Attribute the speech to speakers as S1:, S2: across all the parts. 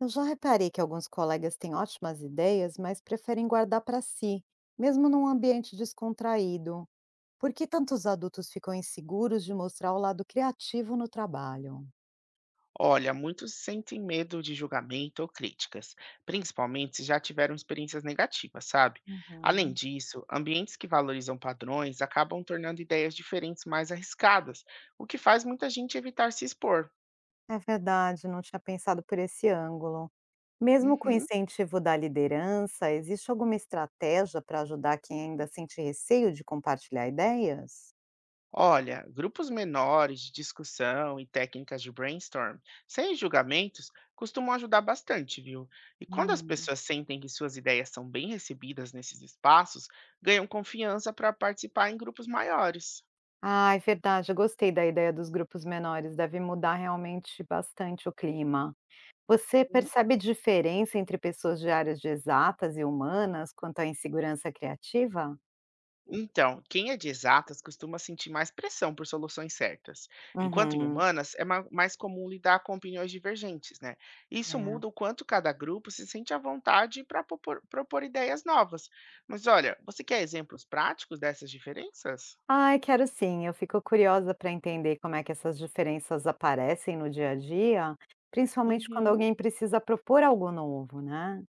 S1: Eu já reparei que alguns colegas têm ótimas ideias, mas preferem guardar para si, mesmo num ambiente descontraído. Por que tantos adultos ficam inseguros de mostrar o lado criativo no trabalho?
S2: Olha, muitos sentem medo de julgamento ou críticas, principalmente se já tiveram experiências negativas, sabe? Além
S1: Uhum.
S2: disso, ambientes que valorizam padrões acabam tornando ideias diferentes mais arriscadas, o que faz muita gente evitar se expor.
S1: É verdade, não tinha pensado por esse ângulo. Mesmo com o
S2: Uhum.
S1: incentivo da liderança, existe alguma estratégia para ajudar quem ainda sente receio de compartilhar ideias?
S2: Olha, grupos menores de discussão e técnicas de brainstorm, sem julgamentos, costumam ajudar bastante, viu? E quando as
S1: Hum.
S2: pessoas sentem que suas ideias são bem recebidas nesses espaços, ganham confiança para participar em grupos maiores.
S1: Ah, é verdade, eu gostei da ideia dos grupos menores, deve mudar realmente bastante o clima. Você
S2: Hum,
S1: percebe diferença entre pessoas de áreas de exatas e humanas quanto à insegurança criativa?
S2: Então, quem é de exatas costuma sentir mais pressão por soluções certas, enquanto em
S1: Uhum,
S2: humanas é mais comum lidar com opiniões divergentes, né? Isso
S1: é.
S2: muda o quanto cada grupo se sente à vontade para propor ideias novas. Mas olha, você quer exemplos práticos dessas diferenças?
S1: Ai, quero sim. Eu fico curiosa para entender como é que essas diferenças aparecem no dia a dia, principalmente quando
S2: Uhum.
S1: alguém precisa propor algo novo, né?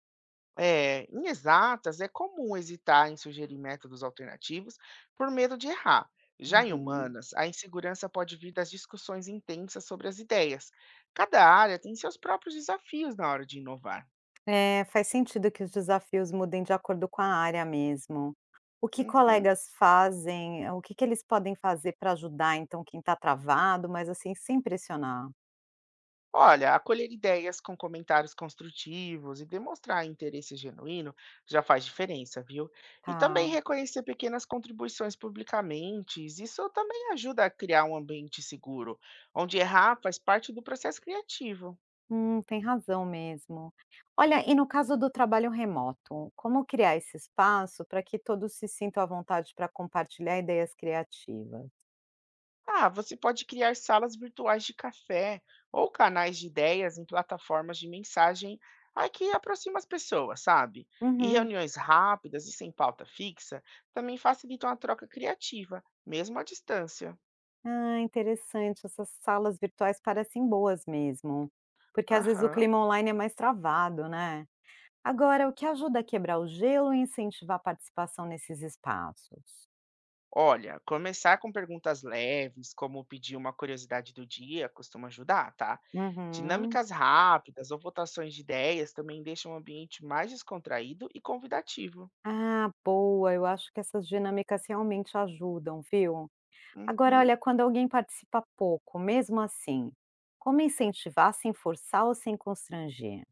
S2: É, em exatas, é comum hesitar em sugerir métodos alternativos por medo de errar. Já em
S1: Uhum.
S2: humanas, a insegurança pode vir das discussões intensas sobre as ideias. Cada área tem seus próprios desafios na hora de inovar.
S1: É, faz sentido que os desafios mudem de acordo com a área mesmo. O que
S2: Uhum.
S1: colegas fazem, o que que eles podem fazer para ajudar, então, quem está travado, mas assim, sem pressionar?
S2: Olha, acolher ideias com comentários construtivos e demonstrar interesse genuíno já faz diferença, viu? E também
S1: Tá.
S2: reconhecer pequenas contribuições publicamente, isso também ajuda a criar um ambiente seguro, onde errar faz parte do processo criativo.
S1: Tem razão mesmo. Olha, e no caso do trabalho remoto, como criar esse espaço para que todos se sintam à vontade para compartilhar ideias criativas?
S2: Ah, você pode criar salas virtuais de café ou canais de ideias em plataformas de mensagem, que aproxima as pessoas, sabe? E
S1: Uhum.
S2: reuniões rápidas e sem pauta fixa também facilitam a troca criativa, mesmo à distância.
S1: Ah, interessante. Essas salas virtuais parecem boas mesmo, porque às vezes o
S2: Aham.
S1: clima online é mais travado, né? Agora, o que ajuda a quebrar o gelo e incentivar a participação nesses espaços?
S2: Olha, começar com perguntas leves, como pedir uma curiosidade do dia, costuma ajudar, tá?
S1: Uhum.
S2: Dinâmicas rápidas ou votações de ideias também deixam o ambiente mais descontraído e convidativo.
S1: Ah, boa. Eu acho que essas dinâmicas realmente ajudam, viu? Agora,
S2: Uhum.
S1: olha, quando alguém participa pouco, mesmo assim, como incentivar sem forçar ou sem constranger?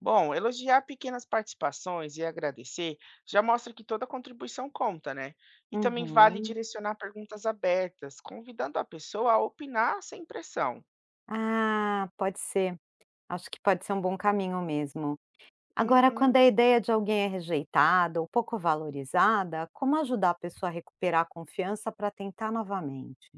S2: Bom, elogiar pequenas participações e agradecer já mostra que toda contribuição conta, né? E também vale
S1: Uhum.
S2: direcionar perguntas abertas, convidando a pessoa a opinar sem pressão.
S1: Ah, pode ser. Acho que pode ser um bom caminho mesmo. Agora,
S2: Uhum.
S1: quando a ideia de alguém é rejeitada ou pouco valorizada, como ajudar a pessoa a recuperar a confiança para tentar novamente?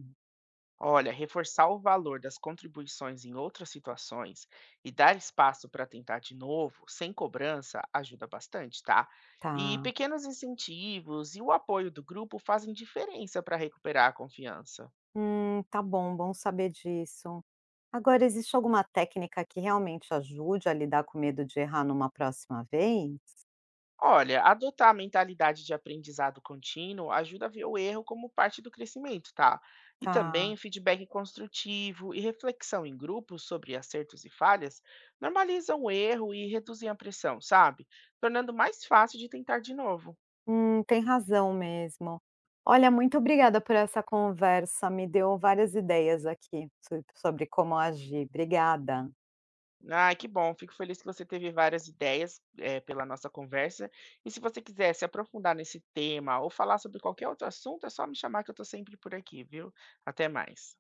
S2: Olha, reforçar o valor das contribuições em outras situações e dar espaço para tentar de novo, sem cobrança, ajuda bastante, tá? E
S1: Tá.
S2: pequenos incentivos e o apoio do grupo fazem diferença para recuperar a confiança.
S1: Tá bom, bom saber disso. Agora, existe alguma técnica que realmente ajude a lidar com medo de errar numa próxima vez?
S2: Olha, adotar a mentalidade de aprendizado contínuo ajuda a ver o erro como parte do crescimento, tá? E também
S1: Tá.
S2: feedback construtivo e reflexão em grupos sobre acertos e falhas normalizam o erro e reduzem a pressão, sabe? Tornando mais fácil de tentar de novo.
S1: Tem razão mesmo. Olha, muito obrigada por essa conversa, me deu várias ideias aqui sobre como agir. Obrigada.
S2: Ai, que bom, fico feliz que você teve várias ideias, pela nossa conversa. E se você quiser se aprofundar nesse tema ou falar sobre qualquer outro assunto, é só me chamar que eu estou sempre por aqui, viu? Até mais.